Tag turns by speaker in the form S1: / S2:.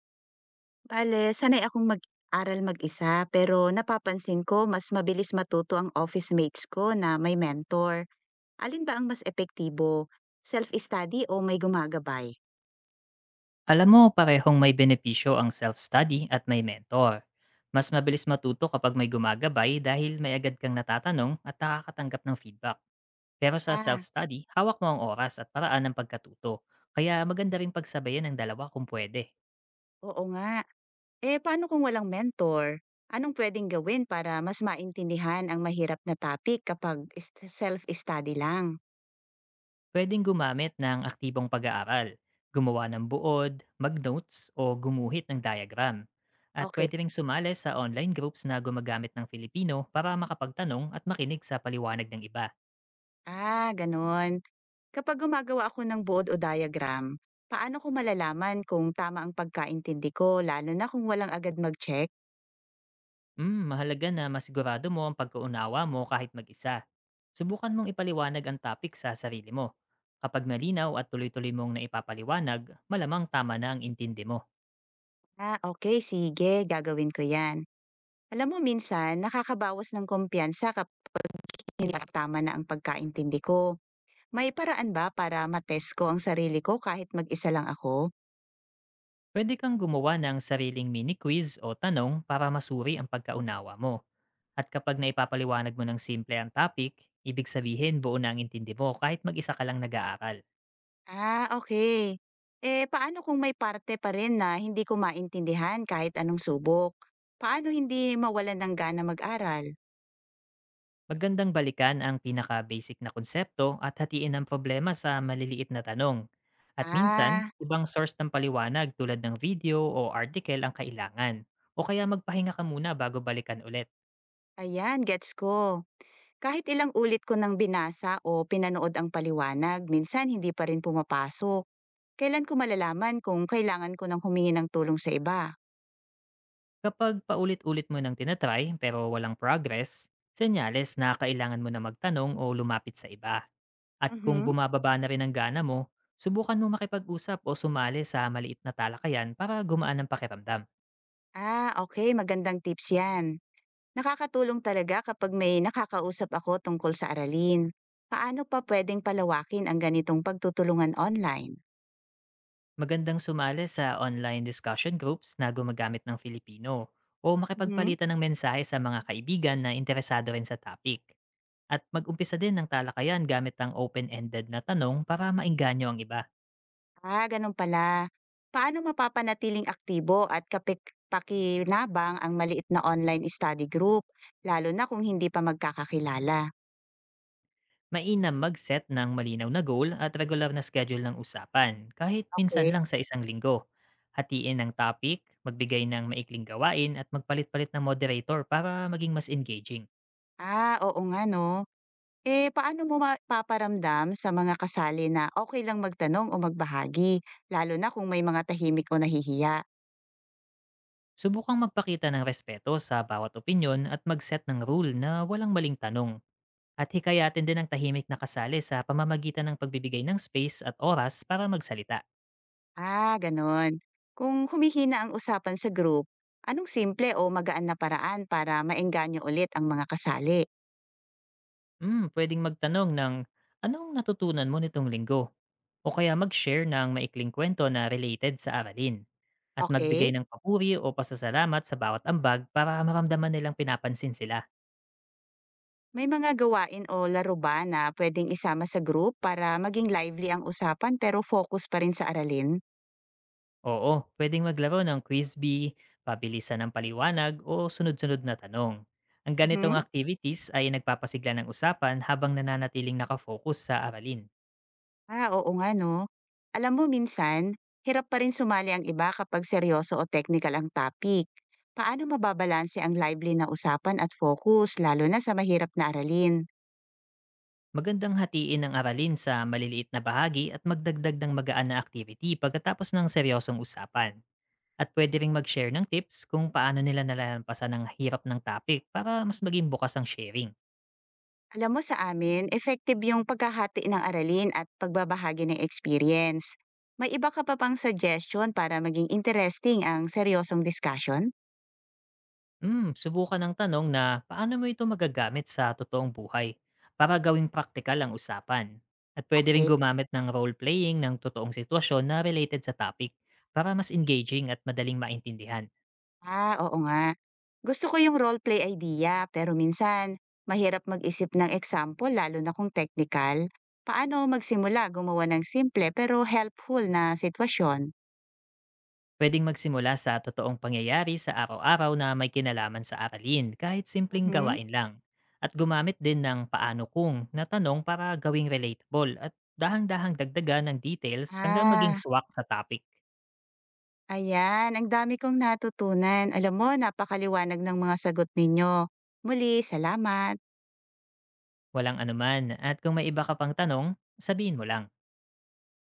S1: Bale, sanay akong mag-aral mag-isa pero napapansin ko mas mabilis matuto ang office mates ko na may mentor. Alin ba ang mas epektibo? Self-study o may gumagabay?
S2: Alam mo, parehong may benepisyo ang self-study at may mentor. Mas mabilis matuto kapag may gumagabay dahil may agad kang natatanong at nakakatanggap ng feedback. Pero sa
S1: Ah,
S2: self-study, hawak mo ang oras at paraan ng pagkatuto. Kaya maganda ring pagsabayan ng dalawa kung pwede.
S1: Oo nga. Eh, paano kung walang mentor? Anong pwedeng gawin para mas maintindihan ang mahirap na topic kapag self-study lang?
S2: Pwedeng gumamit ng aktibong pag-aaral, gumawa ng buod, mag-notes o gumuhit ng diagram. At
S1: Okay.
S2: pwede ring sumali sa online groups na gumagamit ng Filipino para makapagtanong at makinig sa paliwanag ng iba.
S1: Ganun. Kapag gumagawa ako ng board o diagram, paano ko malalaman kung tama ang pagkaintindi ko lalo na kung walang agad mag-check?
S2: Mm, mahalaga na masigurado mo ang pagkaunawa mo kahit mag-isa. Subukan mong ipaliwanag ang topic sa sarili mo. Kapag malinaw at tuloy-tuloy mong naipapaliwanag, malamang tama na ang intindi mo.
S1: Okey, sige, gagawin ko 'yan. Alam mo, minsan nakakabawas ng kumpiyansa kapag hindi tama na ang pagkaintindi ko. May paraan ba para matest ko ang sarili ko kahit mag-isa lang ako?
S2: Pwede kang gumawa ng sariling mini-quiz o tanong para masuri ang pagkaunawa mo. At kapag naipapaliwanag mo ng simple ang topic, ibig sabihin buo na ang intindi mo kahit mag-isa ka lang nag-aaral.
S1: Okay. Eh, paano kung may parte pa rin na hindi ko maintindihan kahit anong subok? Paano hindi mawalan ng gana mag-aral?
S2: Magandang balikan ang pinaka-basic na konsepto at hatiin ang problema sa maliliit na tanong. At minsan,
S1: Ah,
S2: ibang source ng paliwanag tulad ng video o article ang kailangan. O kaya magpahinga ka muna bago balikan ulit.
S1: Ayan, gets ko. Kahit ilang ulit ko nang binasa o pinanood ang paliwanag, minsan hindi pa rin pumapasok. Kailan ko malalaman kung kailangan ko ng humingi ng tulong sa iba?
S2: Kapag paulit-ulit mo nang tinatry pero walang progress, senyales na kailangan mo na magtanong o lumapit sa iba. At kung
S1: Mhm.
S2: bumababa na rin ang gana mo, subukan mo makipag-usap o sumali sa maliit na talakayan para gumaan ang pakiramdam.
S1: Okay, magandang tips 'yan. Nakakatulong talaga kapag may nakakausap ako tungkol sa aralin. Paano pa pwedeng palawakin ang ganitong pagtutulungan online?
S2: Magandang sumali sa online discussion groups na gumagamit ng Filipino o
S1: Mhm.
S2: makipagpalitan ng mensahe sa mga kaibigan na interesado rin sa topic. At mag-umpisa din ng talakayan gamit ang open-ended na tanong para maingganyo ang iba.
S1: Gano'n pala. Paano mapapanatiling aktibo at pakinabang ang maliit na online study group, lalo na kung hindi pa magkakakilala?
S2: Mainam mag-set ng malinaw na goal at regular na schedule ng usapan, kahit minsan
S1: Okay.
S2: lang sa isang linggo. Hatiin ang topic, magbigay ng maikling gawain at magpalit-palit ng moderator para maging mas engaging.
S1: Oo nga 'no. Eh, paano mo mapaparamdam sa mga kasali na okay lang magtanong o magbahagi, lalo na kung may mga tahimik o nahihiya?
S2: Subukang magpakita ng respeto sa bawat opinyon at mag-set ng rule na walang maling tanong. At hikayatin din ang tahimik na kasali sa pamamagitan ng pagbibigay ng space at oras para magsalita.
S1: Gano'n. Kung humihina ang usapan sa group, anong simple o magaan na paraan para maengganyo ulit ang mga kasali?
S2: Pwedeng magtanong ng anong natutunan mo nitong linggo? O kaya mag-share ng maikling kwento na related sa aralin. At magbigay
S1: Okay.
S2: ng papuri o pasasalamat sa bawat ambag para maramdaman nilang pinapansin sila.
S1: May mga gawain o laro ba na puwedeng isama sa group para maging lively ang usapan pero focus pa rin sa aralin?
S2: Oo, pwedeng maglaro ng quiz bee, pabilisan ng paliwanag o sunod-sunod na tanong. Ang ganitong
S1: Mhm.
S2: activities ay nagpapasigla ng usapan habang nananatiling nakafocus sa aralin.
S1: Oo nga 'no. Alam mo, minsan hirap pa rin sumali ang iba kapag seryoso o technical ang topic. Paano mababalanse ang lively na usapan at focus lalo na sa mahirap na aralin?
S2: Magandang hatiin ang aralin sa maliliit na bahagi at magdagdag ng magaan na activity pagkatapos ng seryosong usapan. At pwede ring mag-share ng tips kung paano nila nalalampasan ang hirap ng topic para mas maging bukas ang sharing.
S1: Alam mo, sa amin effective yung pagkahati ng aralin at pagbabahagi ng experience. May iba ka pa bang suggestion para maging interesting ang seryosong discussion?
S2: Subukan ng tanong na paano mo ito magagamit sa totoong buhay para gawing praktikal ang usapan. At pwede rin
S1: Okey.
S2: gumamit ng role-playing ng totoong sitwasyon na related sa topic para mas engaging at madaling maintindihan.
S1: Oo nga. Gusto ko yung roleplay idea pero minsan mahirap mag-isip ng example lalo na kung technical. Paano magsimula gumawa ng simple pero helpful na sitwasyon?
S2: Pwedeng magsimula sa totoong pangyayari sa araw-araw na may kinalaman sa aralin kahit simpleng
S1: Mhm.
S2: gawain lang. At gumamit din ng paano kung na tanong para gawing relatable at dahang-dahang dagdagan ng details hanggang maging
S1: Ah,
S2: swak sa topic.
S1: Ayan. Ang dami kong natutunan. Alam mo, napakaliwanag ng mga sagot ninyo. Muli, salamat.
S2: Walang anuman at kung may iba ka pang tanong, sabihin mo lang.